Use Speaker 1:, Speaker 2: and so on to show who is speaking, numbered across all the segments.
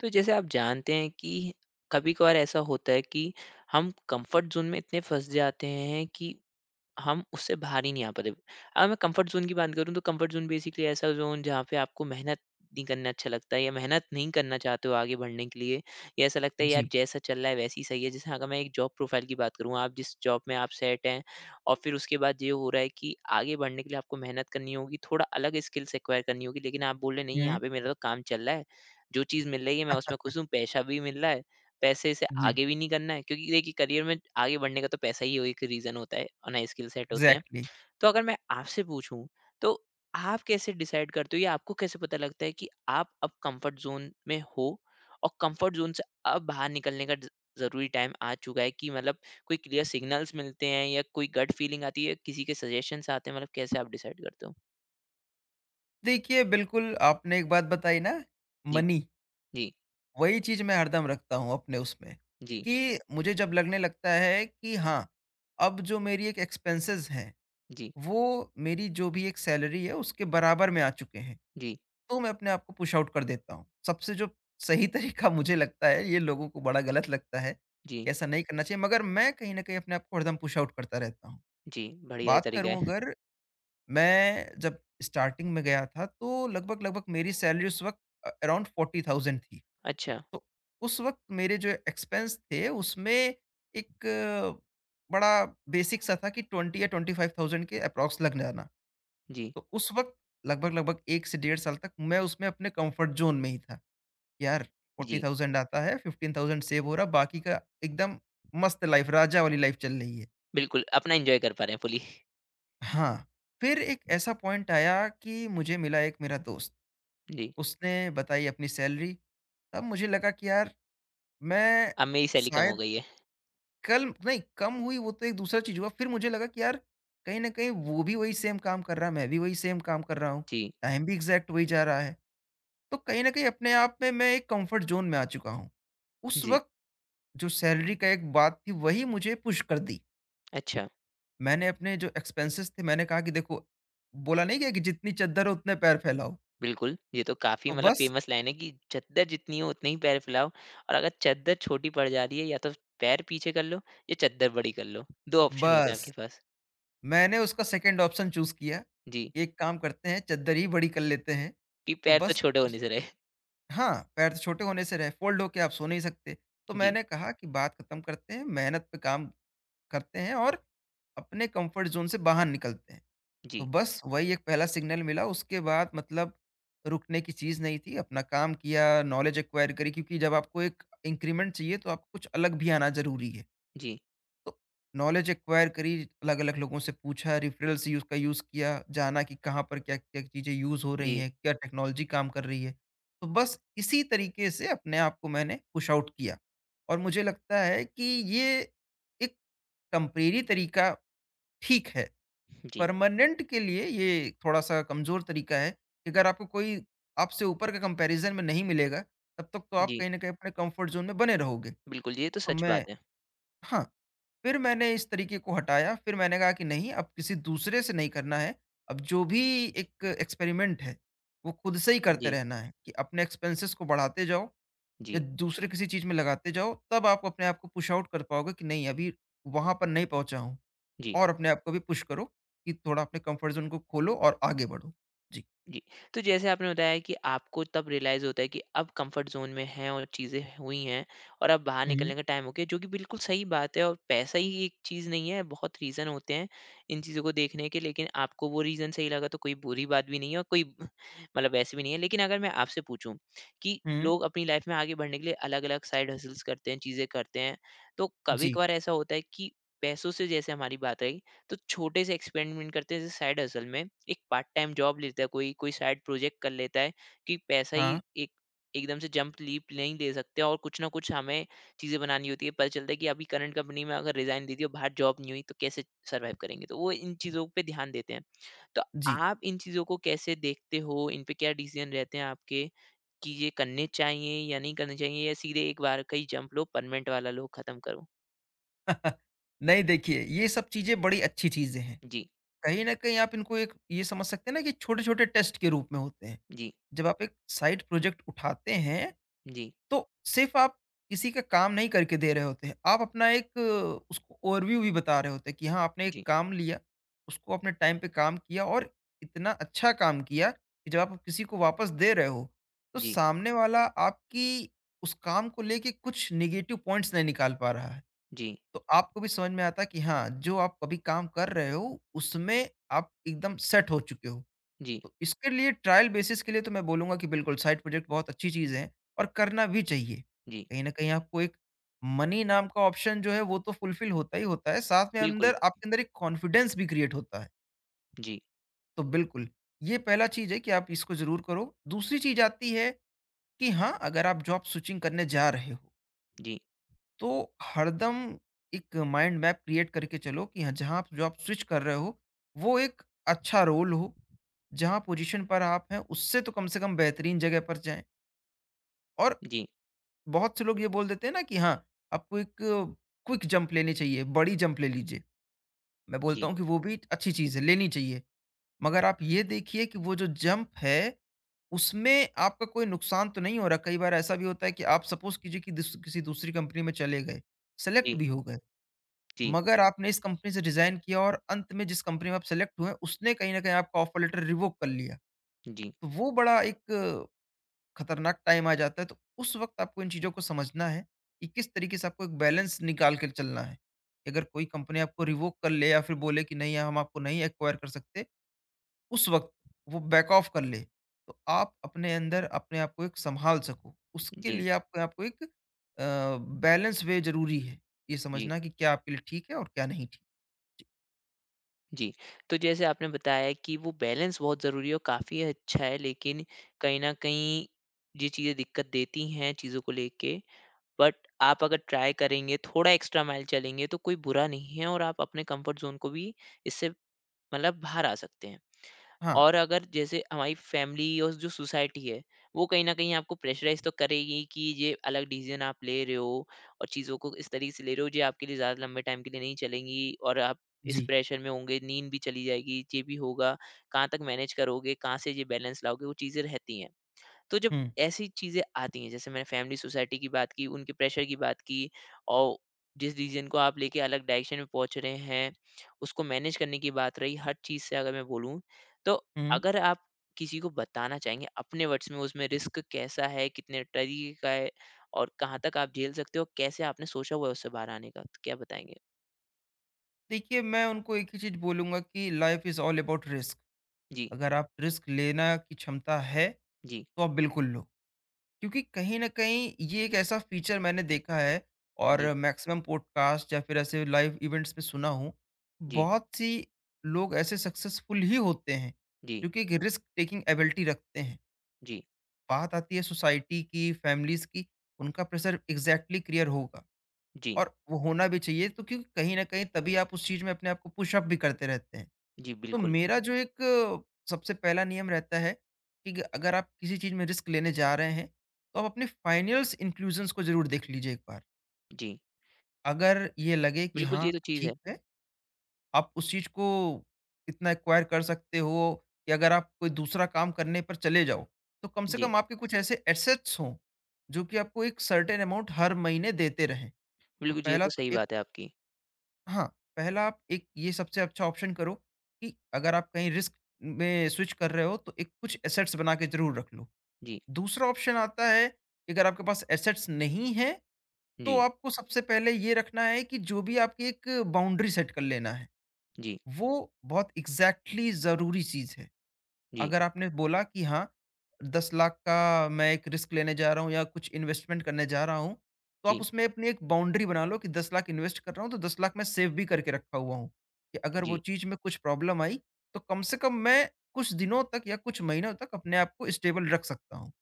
Speaker 1: तो जैसे आप जानते हैं कि कभी कभार ऐसा होता है कि हम कंफर्ट जोन में इतने फंस जाते हैं कि हम उससे बाहर ही नहीं आ पाते। अगर मैं कम्फ़र्ट ज़ोन की बात करूँ तो कम्फ़र्ट ज़ोन बेसिकली ऐसा ज़ोन जहाँ पे आपको मेहनत नहीं करना अच्छा लगता है या मेहनत नहीं करना चाहते हो आगे बढ़ने के लिए या ऐसा लगता है यार
Speaker 2: जी।
Speaker 1: जैसा चल रहा है वैसे ही सही है। जैसे अगर मैं एक जॉब प्रोफ़ाइल की बात करूँ, आप जिस जॉब में आप सेट हैं और फिर उसके बाद ये हो रहा है कि आगे बढ़ने के लिए आपको मेहनत करनी होगी, थोड़ा अलग स्किल्स एक्वायर करनी होगी लेकिन आप बोल रहे हैं नहीं यहाँ
Speaker 2: हुँ।
Speaker 1: पे मेरा तो काम चल रहा है, जो चीज़ मिल रही है मैं उसमें खुश हूँ, पैसा भी मिल रहा है पैसे से
Speaker 2: जी,
Speaker 1: आगे भी नहीं करना है क्योंकि देखिए करियर में आगे बढ़ने का तो पैसा ही एक रीज़न होता है और नए स्किल सेट होते हैं।
Speaker 2: एग्ज़ैक्टली।
Speaker 1: तो अगर मैं आपसे पूछूँ तो आप कैसे डिसाइड करते हो या आपको कैसे पता लगता है कि आप अब कंफर्ट ज़ोन में हो और कंफर्ट ज़ोन से अब बाहर निकलने का ज ज़रूरी टाइम आ चुका है कि मतलब कोई क्लियर सिग्नल्स मिलते हैं या कोई गट फीलिंग आती है, किसी के सजेशंस आते हैं मतलब कैसे आप डिसाइड करते हो?
Speaker 2: देखिए, बिल्कुल आपने एक बात बताई ना,
Speaker 1: जी।
Speaker 2: मनी।
Speaker 1: जी।
Speaker 2: वही चीज़ मैं हरदम रखता हूँ अपने उसमें,
Speaker 1: जी।
Speaker 2: कि मुझे जब लगने लगता है कि हाँ, अब जो मेरी एक एक्सपेंसेस हैं,
Speaker 1: जी। जी।
Speaker 2: वो मेरी जो भी एक सैलरी है, उसके बराबर में आ चुके हैं,
Speaker 1: जी।
Speaker 2: तो मैं अपने आप को पुश आउट कर देता हूँ। सबसे जो सही तरीका मुझे लगता है, ये लोगों को बड़ा गलत लगता है,
Speaker 1: जी।
Speaker 2: कि ऐसा नहीं करना चाहिए, मगर मैं कहीं न कहीं अपने आप को हरदम पुश आउट करता रहता हूँ।
Speaker 1: जी, बढ़िया
Speaker 2: बात
Speaker 1: तरीका
Speaker 2: करूँ
Speaker 1: है।
Speaker 2: अगर मैं जब स्टार्टिंग में गया था तो लगभग-लगभग मेरी सैलरी उस वक़्त अराउंड 40,000 थी।
Speaker 1: अच्छा।
Speaker 2: तो उस वक़्त मेरे जो एक्सपेंस थे उसमें एक बड़ा बेसिक सा था कि 20 या 25,000 के एप्रॉक्स लग जाना।
Speaker 1: जी।
Speaker 2: तो उस वक़्त लगभग-लगभग 1 से डेढ़ साल तक मैं उसमें अपने कम्फर्ट ज़ोन में ही था। यार
Speaker 1: जी।
Speaker 2: 40,000 आता है, 15,000 सेव हो रहा, बाकी का एकदम मस्त लाइफ़, राजा वाली लाइफ़ चल रही है।
Speaker 1: बिल्कुल, अपना एन्जॉय कर पा रहे हैं फुल्ली।
Speaker 2: हाँ, फिर एक ऐसा पॉइंट आया कि मुझे मिला एक मेरा दोस्त।
Speaker 1: जी,
Speaker 2: उसने बताई अपनी सैलरी, तब मुझे लगा कि यार, मैं
Speaker 1: अब मेरी सैलरी कम हो
Speaker 2: शायद
Speaker 1: गई है।
Speaker 2: कल नहीं कम हुई, वो तो एक दूसरा चीज़ हुआ। फिर मुझे लगा कि यार, कहीं न कहीं वो भी वही सेम काम कर रहा है, मैं भी वही सेम काम कर रहा हूँ,
Speaker 1: जी।
Speaker 2: टाइम भी एग्ज़ैक्ट वही जा रहा है। तो कहीं न कहीं अपने आप में मैं एक कम्फ़र्ट ज़ोन में आ चुका हूँ। उस
Speaker 1: जी।
Speaker 2: वक़्त जो सैलरी का एक बात थी, वही मुझे पुश कर दी।
Speaker 1: अच्छा।
Speaker 2: मैंने अपने जो एक्सपेंसेस थे, मैंने कहा कि देखो, बोला नहीं गया कि जितनी चद्दर हो उतने पैर फैलाओ।
Speaker 1: बिल्कुल, ये तो काफ़ी
Speaker 2: तो
Speaker 1: मतलब
Speaker 2: बस,
Speaker 1: फ़ेमस लाइन है कि चद्दर जितनी हो उतने ही पैर फैलाओ और अगर चद्दर छोटी पड़ जा रही है या तो पैर पीछे कर लो या चद्दर बड़ी कर लो। 2 ऑप्शन होते हैं आपके
Speaker 2: बस
Speaker 1: पास।
Speaker 2: मैंने उसका सेकंड ऑप्शन चूज़ किया,
Speaker 1: जी,
Speaker 2: एक काम करते हैं, चद्दर ही बड़ी कर लेते हैं।
Speaker 1: कि
Speaker 2: तो
Speaker 1: पैर तो
Speaker 2: बस
Speaker 1: छोटे होने
Speaker 2: उस
Speaker 1: से रहे।
Speaker 2: हाँ, पैर तो छोटे होने से रहे, फ़ोल्ड होके आप सो नहीं सकते। तो
Speaker 1: जी।
Speaker 2: मैंने कहा कि बात खत्म करते हैं, मेहनत पे काम करते हैं और अपने कम्फर्ट ज़ोन से बाहर निकलते हैं। तो
Speaker 1: जी।
Speaker 2: बस वही एक पहला सिग्नल मिला, उसके बाद मतलब रुकने की चीज़ नहीं थी, अपना काम किया, नॉलेज एक्वायर करी, क्योंकि जब आपको एक इंक्रीमेंट चाहिए तो आपको कुछ अलग भी आना ज़रूरी है।
Speaker 1: जी।
Speaker 2: तो नॉलेज एक्वायर करी, अलग-अलग लोगों से पूछा, रेफरल्स यूज़ का यूज़ किया, जाना कि कहाँ पर क्या-क्या चीज़ें यूज़ हो रही
Speaker 1: जी।
Speaker 2: हैं, क्या टेक्नोलॉजी काम कर रही है। तो बस इसी तरीके से अपने आप को मैंने पुश आउट किया और मुझे लगता है कि ये एक टेम्परेरी तरीका ठीक है,
Speaker 1: जी।
Speaker 2: परमानेंट के लिए ये थोड़ा-सा कमज़ोर तरीका है कि अगर आपको कोई आपसे ऊपर का कंपैरिज़न में नहीं मिलेगा, तब तक तो आप
Speaker 1: जी।
Speaker 2: कहीं न कहीं अपने कम्फर्ट ज़ोन में बने रहोगे।
Speaker 1: बिल्कुल, ये तो
Speaker 2: तो
Speaker 1: सच
Speaker 2: मैं
Speaker 1: बात है।
Speaker 2: हाँ। फिर मैंने इस तरीके को हटाया, फिर मैंने कहा कि नहीं, अब किसी दूसरे से नहीं करना है, अब जो भी एक एक्सपेरिमेंट है, वो खुद से ही करते
Speaker 1: जी।
Speaker 2: रहना है कि अपने एक्सपेंसेस को बढ़ाते जाओ या
Speaker 1: जी।
Speaker 2: दूसरे किसी चीज़ में लगाते जाओ, तब आप अपने आप को पुश आउट कर पाओगे कि नहीं, अभी वहाँ पर नहीं पहुँचा हूँ।
Speaker 1: जी।
Speaker 2: और अपने आप को भी पुश करो कि थोड़ा अपने कम्फर्ट ज़ोन को खोलो और आगे बढ़ो। जी।
Speaker 1: जी, तो जैसे आपने बताया कि आपको तब रियलाइज़ होता है कि अब कंफर्ट ज़ोन में हैं और चीज़ें हुई हैं और अब बाहर
Speaker 2: हुँ,
Speaker 1: निकलने का टाइम हो गया, जो कि बिल्कुल सही बात है और पैसा ही एक चीज़ नहीं है, बहुत रीज़न होते हैं इन चीज़ों को देखने के, लेकिन आपको वो रीज़न सही लगा तो कोई बुरी बात भी नहीं है और कोई मतलब वैसे भी नहीं है। लेकिन अगर मैं आपसे पूछूँ कि
Speaker 2: हुँ।
Speaker 1: लोग अपनी लाइफ में आगे बढ़ने के लिए अलग-अलग साइड हसल्स करते हैं, चीज़ें करते हैं, तो
Speaker 2: जी।
Speaker 1: कभी-कभार ऐसा होता है कि पैसों से जैसे हमारी बात रही तो छोटे से एक्सपेरिमेंट करते हैं जैसे साइड हसल में एक पार्ट टाइम जॉब लेता है कोई कोई साइड प्रोजेक्ट कर लेता है कि पैसा ही
Speaker 2: हाँ,
Speaker 1: एक एकदम से जंप लीप नहीं ले सकते और कुछ ना कुछ हमें चीज़ें बनानी होती है पता चलता है कि अभी करंट कंपनी में अगर रिजाइन दे दिया बाहर जॉब नहीं हुई तो कैसे सर्वाइव करेंगे तो वो इन चीज़ों पे ध्यान देते हैं तो
Speaker 2: जी।
Speaker 1: आप इन चीज़ों को कैसे देखते हो इन पे क्या डिसीजन रहते हैं आपके कि ये करने चाहिए या नहीं करने चाहिए या सीधे एक बार का ही जंप लो परमानेंट वाला लो खत्म करो।
Speaker 2: नहीं, देखिए, ये सब चीज़ें बड़ी अच्छी चीज़ें हैं।
Speaker 1: जी।
Speaker 2: कहीं न कहीं आप इनको एक ये समझ सकते हैं ना कि छोटे-छोटे टेस्ट के रूप में होते हैं।
Speaker 1: जी।
Speaker 2: जब आप एक साइड प्रोजेक्ट उठाते हैं,
Speaker 1: जी।
Speaker 2: तो सिर्फ़ आप किसी का काम नहीं करके दे रहे होते हैं। आप अपना एक उसको ओवरव्यू भी बता रहे होते हैं कि हाँ, आपने एक
Speaker 1: जी।
Speaker 2: काम लिया, उसको अपने टाइम पे काम किया और इतना अच्छा काम किया कि जब आप किसी को वापस दे रहे हो, तो
Speaker 1: जी।
Speaker 2: सामने वाला आपकी उस काम को लेके कुछ नेगेटिव पॉइंट्स नहीं निकाल पा रहा है।
Speaker 1: जी।
Speaker 2: तो आपको भी समझ में आता कि हाँ, जो आप अभी काम कर रहे हो, उसमें आप एकदम सेट हो चुके हो।
Speaker 1: जी।
Speaker 2: तो इसके लिए ट्रायल बेसिस के लिए तो मैं बोलूँगा कि बिल्कुल साइड प्रोजेक्ट बहुत अच्छी चीज़ है और करना भी चाहिए।
Speaker 1: जी,
Speaker 2: कहीं न कहीं आपको एक मनी नाम का ऑप्शन जो है वो तो फुलफिल होता ही होता है, साथ में
Speaker 1: बिल्कुल।
Speaker 2: अंदर आपके अंदर एक कॉन्फिडेंस भी क्रिएट होता है।
Speaker 1: जी।
Speaker 2: तो बिल्कुल, ये पहला चीज़ है कि आप इसको ज़रूर करो। दूसरी चीज़ आती है कि हाँ, अगर आप जॉब स्विचिंग करने जा रहे हो,
Speaker 1: जी।
Speaker 2: तो हरदम एक माइंड मैप क्रिएट करके चलो कि हाँ, जहाँ आप जो आप स्विच कर रहे हो, वो एक अच्छा रोल हो, जहाँ पोजीशन पर आप हैं, उससे तो कम से कम बेहतरीन जगह पर जाएँ। और
Speaker 1: जी।
Speaker 2: बहुत से लोग ये बोल देते हैं ना कि हाँ, आपको एक क्विक जंप लेनी चाहिए, बड़ी जंप ले लीजिए। मैं बोलता
Speaker 1: जी।
Speaker 2: हूँ कि वो भी अच्छी चीज़ है, लेनी चाहिए। मगर आप ये देखिए कि वो जो जंप है, उसमें आपका कोई नुकसान तो नहीं हो रहा। कई बार ऐसा भी होता है कि आप सपोज़ कीजिए कि दिस किसी दूसरी कंपनी में चले गए, सेलेक्ट
Speaker 1: जी।
Speaker 2: भी हो गए। मगर आपने इस कंपनी से रिज़ाइन किया और अंत में जिस कंपनी में आप सेलेक्ट हुए, उसने कहीं न कहीं आपका ऑफ़र लेटर रिवोक कर लिया।
Speaker 1: जी। जी।
Speaker 2: तो वो बड़ा एक खतरनाक टाइम आ जाता है। तो उस वक़्त आपको इन चीज़ों को समझना है कि किस तरीके से आपको एक बैलेंस निकाल के चलना है। अगर कोई कंपनी आपको रिवोक कर ले या फिर बोले कि नहीं, हम आपको नहीं एक्वायर कर सकते, उस वक़्त वो बैक ऑफ कर ले, तो आप अपने अंदर अपने आप को एक सँभाल सको। उसके
Speaker 1: जी।
Speaker 2: लिए आपको आपको एक अ, बैलेंस वे ज़रूरी है। ये
Speaker 1: जी।
Speaker 2: समझना कि क्या आपके लिए ठीक है और क्या नहीं ठीक।
Speaker 1: जी। तो जैसे आपने बताया कि वो बैलेंस बहुत ज़रूरी है और काफ़ी अच्छा है, लेकिन कहीं न कहीं ये चीज़ें दिक्कत देती हैं चीज़ों को लेके, बट आप अगर ट्राई करेंगे, थोड़ा एक्स्ट्रा माइल चलेंगे, तो कोई बुरा नहीं है और आप अपने कम्फर्ट ज़ोन को भी इससे मतलब बाहर आ सकते हैं।
Speaker 2: हाँ।
Speaker 1: और अगर जैसे हमारी फैमिली और जो सोसाइटी है, वो कहीं न कहीं आपको प्रेशराइज़ तो करेगी कि ये अलग डिसीज़न आप ले रहे हो और चीज़ों को इस तरीके से ले रहे हो, ये आपके लिए ज़्यादा लंबे टाइम के लिए नहीं चलेंगी और आप इस
Speaker 2: जी।
Speaker 1: प्रेशर में होंगे, नींद भी चली जाएगी, ये भी होगा, कहाँ तक मैनेज करोगे, कहाँ से ये बैलेंस लाओगे, वो चीज़ें रहती हैं। तो जब
Speaker 2: हुँ,
Speaker 1: ऐसी चीज़ें आती हैं जैसे मैंने फैमिली सोसाइटी की बात की, उनके प्रेशर की बात की और जिस डिसीज़न को आप लेके अलग डायरेक्शन में पहुँच रहे हैं, उसको मैनेज करने की बात रही, हर चीज़ से अगर मैं बोलूँ, तो
Speaker 2: हुँ।
Speaker 1: अगर आप किसी को बताना चाहेंगे अपने वर्ड्स में उसमें रिस्क कैसा है, कितने तरीके का है और कहाँ तक आप झेल सकते हो, कैसे आपने सोचा हुआ है उससे बाहर आने का, तो क्या बताएँगे?
Speaker 2: देखिए, मैं उनको एक ही चीज़ बोलूँगा कि life is all about risk.
Speaker 1: जी।
Speaker 2: अगर आप रिस्क लेना की क्षमता है,
Speaker 1: जी।
Speaker 2: तो आप बिल्कुल लो। क्योंकि कहीं न कहीं ये एक ऐसा फीचर मैंने देखा है और
Speaker 1: जी।
Speaker 2: मैक्सिमम पॉडकास्ट या फिर ऐसे लाइव इवेंट्स में सुना हूँ,
Speaker 1: जी।
Speaker 2: बहुत सी लोग ऐसे सक्सेसफुल ही होते हैं,
Speaker 1: जी।
Speaker 2: क्योंकि एक रिस्क टेकिंग एबिलिटी रखते हैं।
Speaker 1: जी।
Speaker 2: बात आती है सोसाइटी की, फैमिलीज़ की, उनका प्रेशर एग्ज़ैक्टली क्लियर होगा।
Speaker 1: जी।
Speaker 2: और वो होना भी चाहिए तो, क्योंकि कहीं न कहीं तभी आप उस चीज़ में अपने आप को पुश अप भी करते रहते हैं।
Speaker 1: जी,
Speaker 2: तो
Speaker 1: बिल्कुल।
Speaker 2: मेरा जो एक सबसे पहला नियम रहता है कि ग अगर आप किसी चीज़ में रिस्क लेने जा रहे हैं, तो आप अपने फाइनल्स इंक्लूजन्स को ज़रूर देख लीजिए एक बार।
Speaker 1: जी,
Speaker 2: अगर ये लगे कि
Speaker 1: बिल्कुल
Speaker 2: हाँ,
Speaker 1: ये तो चीज़ है।
Speaker 2: ठीक है, आप उस चीज़ को इतना एक्वायर कर सकते हो कि अगर आप कोई दूसरा काम करने पर चले जाओ, तो कम से
Speaker 1: जी,
Speaker 2: कम आपके कुछ ऐसे एसेट्स हों, जो कि आपको एक सर्टेन अमाउंट हर महीने देते रहें। तो
Speaker 1: बिल्कुल ये
Speaker 2: पहला
Speaker 1: तो
Speaker 2: तो
Speaker 1: सही
Speaker 2: एक
Speaker 1: बात है आपकी।
Speaker 2: हाँ, पहला आप एक ये सबसे अच्छा ऑप्शन करो कि अगर आप कहीं रिस्क में स्विच कर रहे हो, तो एक कुछ एसेट्स बना के ज़रूर रख लो।
Speaker 1: जी।
Speaker 2: दूसरा ऑप्शन आता है कि अगर आपके पास एसेट्स नहीं है, तो
Speaker 1: जी।
Speaker 2: आपको सबसे पहले ये रखना है कि जो भी आपकी एक बाउंड्री सेट कर लेना है।
Speaker 1: जी।
Speaker 2: वो बहुत एग्ज़ैक्टली ज़रूरी चीज़ है।
Speaker 1: जी।
Speaker 2: अगर आपने बोला कि हाँ, 10 लाख का मैं एक रिस्क लेने जा रहा हूँ या कुछ इन्वेस्टमेंट करने जा रहा हूँ, तो आप
Speaker 1: जी।
Speaker 2: उसमें अपनी एक बाउंड्री बना लो कि 10 लाख इन्वेस्ट कर रहा हूँ, तो 10 लाख मैं सेव भी करके रखा हुआ हूँ, कि अगर
Speaker 1: जी।
Speaker 2: वो चीज़ में कुछ प्रॉब्लम आई, तो कम से कम मैं कुछ दिनों तक या कुछ महीनों तक अपने आप को स्टेबल रख सकता हूँ।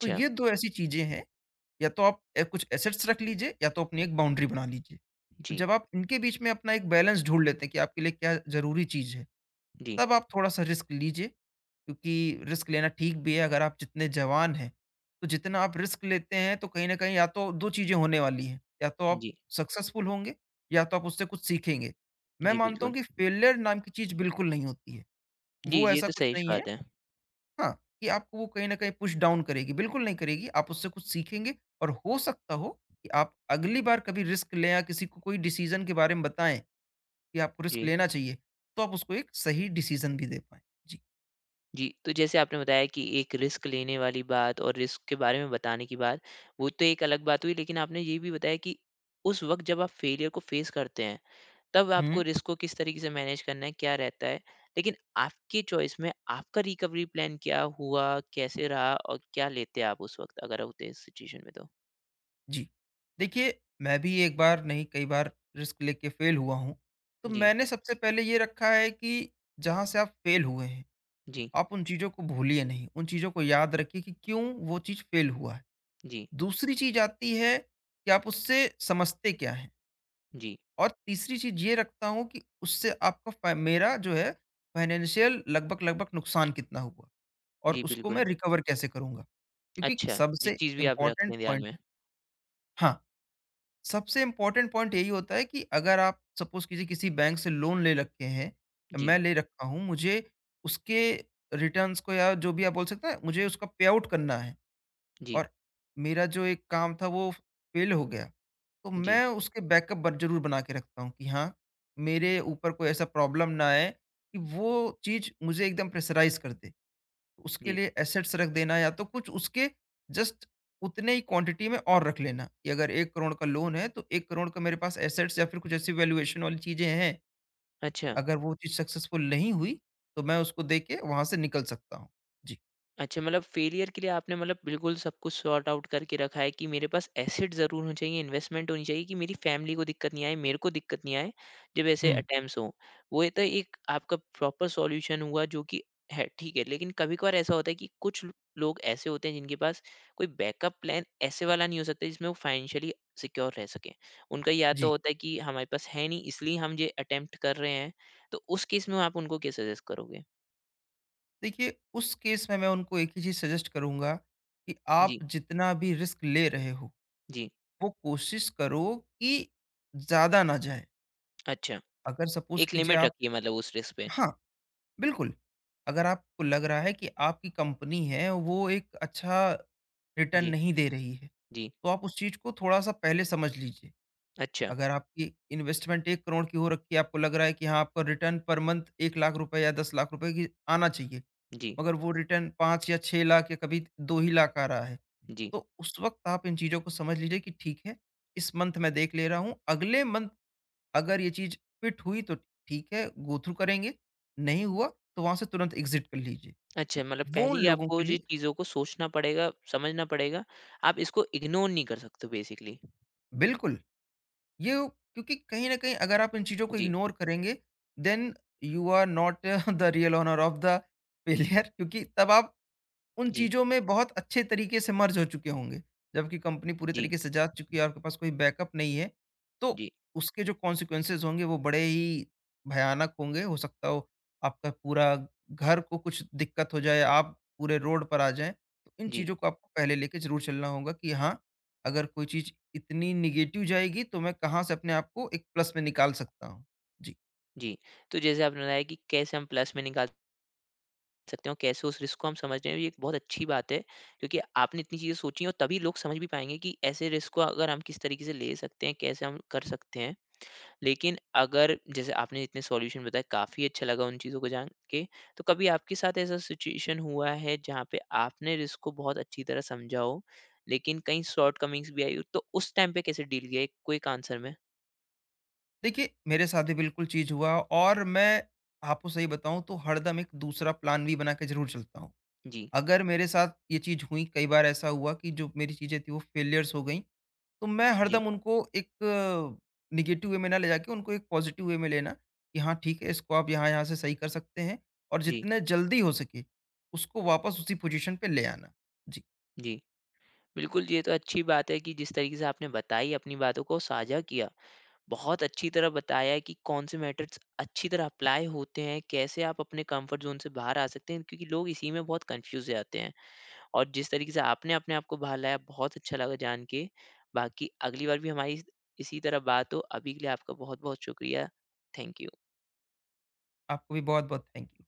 Speaker 2: तो ये दो ऐसी चीज़ें हैं, या तो आप कुछ एसेट्स रख लीजिए या तो अपनी एक बाउंड्री बना लीजिए। तो
Speaker 1: जी।
Speaker 2: जब आप इनके बीच में अपना एक बैलेंस ढूंढ लेते हैं कि आपके लिए क्या ज़रूरी चीज़ है,
Speaker 1: जी।
Speaker 2: तब आप थोड़ा सा रिस्क लीजिए, क्योंकि रिस्क लेना ठीक भी है अगर आप जितने जवान हैं, तो जितना आप रिस्क लेते हैं तो कहीं न कहीं या तो 2 चीज़ें होने वाली हैं, या तो आप
Speaker 1: जी।
Speaker 2: सक्सेसफुल होंगे या तो आप उससे कुछ सीखेंगे। मैं
Speaker 1: जी,
Speaker 2: मानता
Speaker 1: बिल्कुल।
Speaker 2: हूँ कि फेलियर नाम की चीज़ बिल्कुल नहीं होती है,
Speaker 1: जी,
Speaker 2: वो
Speaker 1: ये
Speaker 2: ऐसा
Speaker 1: तो
Speaker 2: कुछ
Speaker 1: सही श
Speaker 2: नहीं है।
Speaker 1: बात है।
Speaker 2: हाँ, कि आपको वो कहीं न कहीं पुश डाउन करेगी, बिल्कुल नहीं करेगी, आप उससे कुछ सीखेंगे और हो सकता हो कि आप अगली बार कभी रिस्क लें या किसी को कोई डिसीज़न के बारे में बताएँ कि आपको रिस्क
Speaker 1: जी।
Speaker 2: लेना चाहिए, तो आप उसको एक सही डिसीज़न भी दे पाएँ। जी।
Speaker 1: जी, तो जैसे आपने बताया कि एक रिस्क लेने वाली बात और रिस्क के बारे में बताने की बात, वो तो एक अलग बात हुई, लेकिन आपने ये भी बताया कि उस वक़्त जब आप फेलियर को फेस करते हैं, तब आपको
Speaker 2: हुँ।
Speaker 1: रिस्क को किस तरीके से मैनेज करना है, क्या रहता है। लेकिन आपकी चॉइस में आपका रिकवरी प्लान क्या हुआ, कैसे रहा और क्या लेते आप उस वक़्त अगर होते इस सिचुएशन में तो?
Speaker 2: जी। देखिए, मैं भी एक बार नहीं कई बार रिस्क लेके फ़ेल हुआ हूँ। तो
Speaker 1: जी।
Speaker 2: मैंने सबसे पहले ये रखा है कि जहाँ से आप फ़ेल हुए हैं,
Speaker 1: जी।
Speaker 2: आप उन चीज़ों को भूलिए नहीं, उन चीज़ों को याद रखिए कि क्यों वो चीज़ फ़ेल हुआ है।
Speaker 1: जी।
Speaker 2: दूसरी चीज़ आती है कि आप उससे समझते क्या हैं
Speaker 1: जी।
Speaker 2: और तीसरी चीज़ ये रखता हूँ कि उससे आपका फ़ा मेरा जो है फ़ाइनेंशियल लगभग-लगभग नुकसान कितना हुआ और
Speaker 1: जी,
Speaker 2: उसको
Speaker 1: बिल्कुल।
Speaker 2: मैं रिकवर कैसे करूँगा? क्योंकि
Speaker 1: अच्छा, ये
Speaker 2: सबसे
Speaker 1: चीज़ भी आप रखते
Speaker 2: इम्पोर्टेंट
Speaker 1: हैं ध्यान में।
Speaker 2: पॉइंट है। हाँ। सबसे इम्पोर्टेंट पॉइंट यही होता है कि अगर आप सपोज़ कीजिए किसी बैंक से लोन ले रखे हैं,
Speaker 1: जी।
Speaker 2: मैं ले रखा हूँ, मुझे उसके रिटर्न्स को या जो भी आप बोल सकते हैं, मुझे उसका पे आउट करना है।
Speaker 1: जी।
Speaker 2: और मेरा जो एक काम था वो फ़ेल हो गया। तो
Speaker 1: जी।
Speaker 2: मैं उसके बैकअप ब ज़रूर बना के रखता हूँ कि हाँ, मेरे ऊपर कोई ऐसा प्रॉब्लम ना आए कि वो चीज़ मुझे एकदम प्रेशराइज़ कर दे। उसके
Speaker 1: जी।
Speaker 2: लिए एसेट्स रख देना, या तो कुछ उसके जस्ट उतने ही क्वांटिटी में और रख लेना कि अगर एक करोड़ का लोन है तो एक करोड़ का मेरे पास एसेट्स या फिर कुछ ऐसी वैल्यूएशन वाली चीजें हैं।
Speaker 1: अच्छा।
Speaker 2: अगर वो चीज सक्सेसफुल नहीं हुई तो मैं उसको दे के वहां से निकल सकता हूँ। जी।
Speaker 1: अच्छा, मतलब फेलियर के लिए आपने मतलब बिल्कुल सब कुछ सॉर्ट आउट करके रखा है कि मेरे पास एसेट ज़रूर होने चाहिए, इन्वेस्टमेंट होनी चाहिए कि मेरी फैमिली को दिक्कत नहीं आए, मेरे को दिक्कत नहीं आए, जब ऐसे
Speaker 2: हम्म।
Speaker 1: अटेम्प्ट्स हों। वो ये तो एक आपका प्रॉपर सॉल्यूशन हुआ जो कि है, ठीक है। लेकिन कभी-कभार ऐसा होता है कि कुछ ल लोग ऐसे होते हैं जिनके पास कोई बैकअप प्लान ऐसे वाला नहीं हो सकता जिसमें वो फाइनेंशियली सिक्योर रह सकें। उनका या तो
Speaker 2: जी।
Speaker 1: होता है कि हमारे पास है नहीं इसलिए हम ये अटेम्प्ट कर रहे हैं, तो उस केस में आप उनको क्या सजेस्ट करोगे?
Speaker 2: देखिए, उस केस में मैं उनको एक ही चीज सजेस्ट करूंगा कि आप
Speaker 1: जी।
Speaker 2: जितना भी रिस्क ले रहे हो,
Speaker 1: जी।
Speaker 2: वो कोशिश करो कि ज्यादा ना जाए।
Speaker 1: अच्छा।
Speaker 2: अगर सपोज
Speaker 1: एक
Speaker 2: कीजिए
Speaker 1: लिमिट
Speaker 2: आप
Speaker 1: रखी है मतलब उस रिस्क पे।
Speaker 2: हाँ, बिल्कुल। अगर आपको लग रहा है कि आपकी कंपनी है वो एक अच्छा रिटर्न
Speaker 1: जी।
Speaker 2: नहीं दे रही है,
Speaker 1: जी।
Speaker 2: तो आप उस चीज़ को थोड़ा-सा पहले समझ लीजिए।
Speaker 1: अच्छा।
Speaker 2: अगर आपकी इन्वेस्टमेंट 1 करोड़ की हो रखी है, आपको लग रहा है कि हाँ, आपका रिटर्न पर मंथ 1 लाख रुपए या 10 लाख रुपए की आना चाहिए,
Speaker 1: जी।
Speaker 2: मगर वो रिटर्न 5 या 6 लाख या कभी 2 ही लाख आ रहा है,
Speaker 1: जी।
Speaker 2: तो उस वक़्त आप इन चीज़ों को समझ लीजिए कि ठीक है, इस मंथ मैं देख ले रहा हूँ, अगले मंथ अगर ये चीज़ फिट हुई तो ठीक है, गो थ्रू करेंगे, नहीं हुआ तो वहाँ से तुरंत एग्ज़िट कर लीजिए।
Speaker 1: अच्छा, मतलब
Speaker 2: वो
Speaker 1: पहले
Speaker 2: उन
Speaker 1: ही
Speaker 2: लोगों
Speaker 1: आपको
Speaker 2: के
Speaker 1: ये
Speaker 2: लिए।
Speaker 1: चीज़ों को सोचना पड़ेगा, समझना पड़ेगा। आप इसको इग्नोर नहीं कर सकते हो बेसिकली।
Speaker 2: बिल्कुल, ये, क्योंकि कहीं न कहीं अगर आप इन चीज़ों को
Speaker 1: जी।
Speaker 2: इग्नोर करेंगे, then you are not the real owner of the failure क्योंकि तब आप उन
Speaker 1: जी।
Speaker 2: चीज़ों में बहुत अच्छे तरीके से मर्ज हो चुके होंगे, जबकि कंपनी पूरे
Speaker 1: जी।
Speaker 2: तरीके से जा चुकी है, आपके पास कोई बैकअप नहीं है। तो
Speaker 1: जी।
Speaker 2: उसके जो कॉन्सिक्वेंसेज़ होंगे वो बड़े ही भयानक होंगे। हो सकता हो आपका पूरा घर को कुछ दिक्कत हो जाए, आप पूरे रोड पर आ जाएँ। तो इन
Speaker 1: जी।
Speaker 2: चीज़ों को आपको पहले लेके ज़रूर चलना होगा कि हाँ, अगर कोई चीज़ इतनी नेगेटिव जाएगी तो मैं कहाँ से अपने आप को एक प्लस में निकाल सकता हूँ। जी।
Speaker 1: जी। तो जैसे आपने बताया कि कैसे हम प्लस में निकाल सकते हैं और कैसे उस रिस्क को हम समझ रहे हैं, ये एक बहुत अच्छी बात है। क्योंकि आपने इतनी चीज़ें सोची हैं और तभी लोग समझ भी पाएँगे कि ऐसे रिस्क को अगर हम किस तरीके से ले सकते हैं, कैसे हम कर सकते हैं। लेकिन अगर जैसे आपने इतने सॉल्यूशन बताए, काफ़ी अच्छा लगा उन चीज़ों को जान के। तो कभी आपके साथ ऐसा सिचुएशन हुआ है जहाँ पे आपने रिस्क को बहुत अच्छी तरह समझा हो, लेकिन कहीं शॉर्टकमिंग्स भी आई हो, तो उस टाइम पे कैसे डील किया, एक क्विक आंसर में?
Speaker 2: देखिए, मेरे साथ भी बिल्कुल चीज़ हुआ और मैं आपको सही बताऊँ तो हरदम एक दूसरा प्लान भी बना के ज़रूर चलता हूँ।
Speaker 1: जी।
Speaker 2: अगर मेरे साथ ये चीज़ हुई, कई बार ऐसा हुआ कि जो मेरी चीज़ें थी वो फेलियर्स हो गई, तो मैं
Speaker 1: जी।
Speaker 2: हरदम उनको एक नेगेटिव वे में ना ले जाके उनको एक पॉज़िटिव वे में लेना कि हाँ ठीक है, इसको आप यहाँ-यहाँ से सही कर सकते हैं और
Speaker 1: जी।
Speaker 2: जितने जल्दी हो सके उसको वापस उसी पोज़ीशन पे ले आना। जी।
Speaker 1: जी। बिल्कुल, ये तो अच्छी बात है कि जिस तरीके से आपने बताई अपनी बातों को साझा किया। बहुत अच्छी तरह बताया कि कौन से मैटर्स अच्छी तरह अप्लाई होते हैं, कैसे आप अपने कम्फर्ट ज़ोन से बाहर आ सकते हैं क्योंकि लोग इसी में बहुत कन्फ्यूज़ हो जाते हैं। और जिस तरीके से आपने अपने आप को बाहर लाया बहुत अच्छा लगा जान के। बाकी अगली बार भी हमारी इसी तरह बात हो। अभी के लिए आपका बहुत-बहुत शुक्रिया। Thank you.
Speaker 2: आपको भी बहुत-बहुत थैंक यू।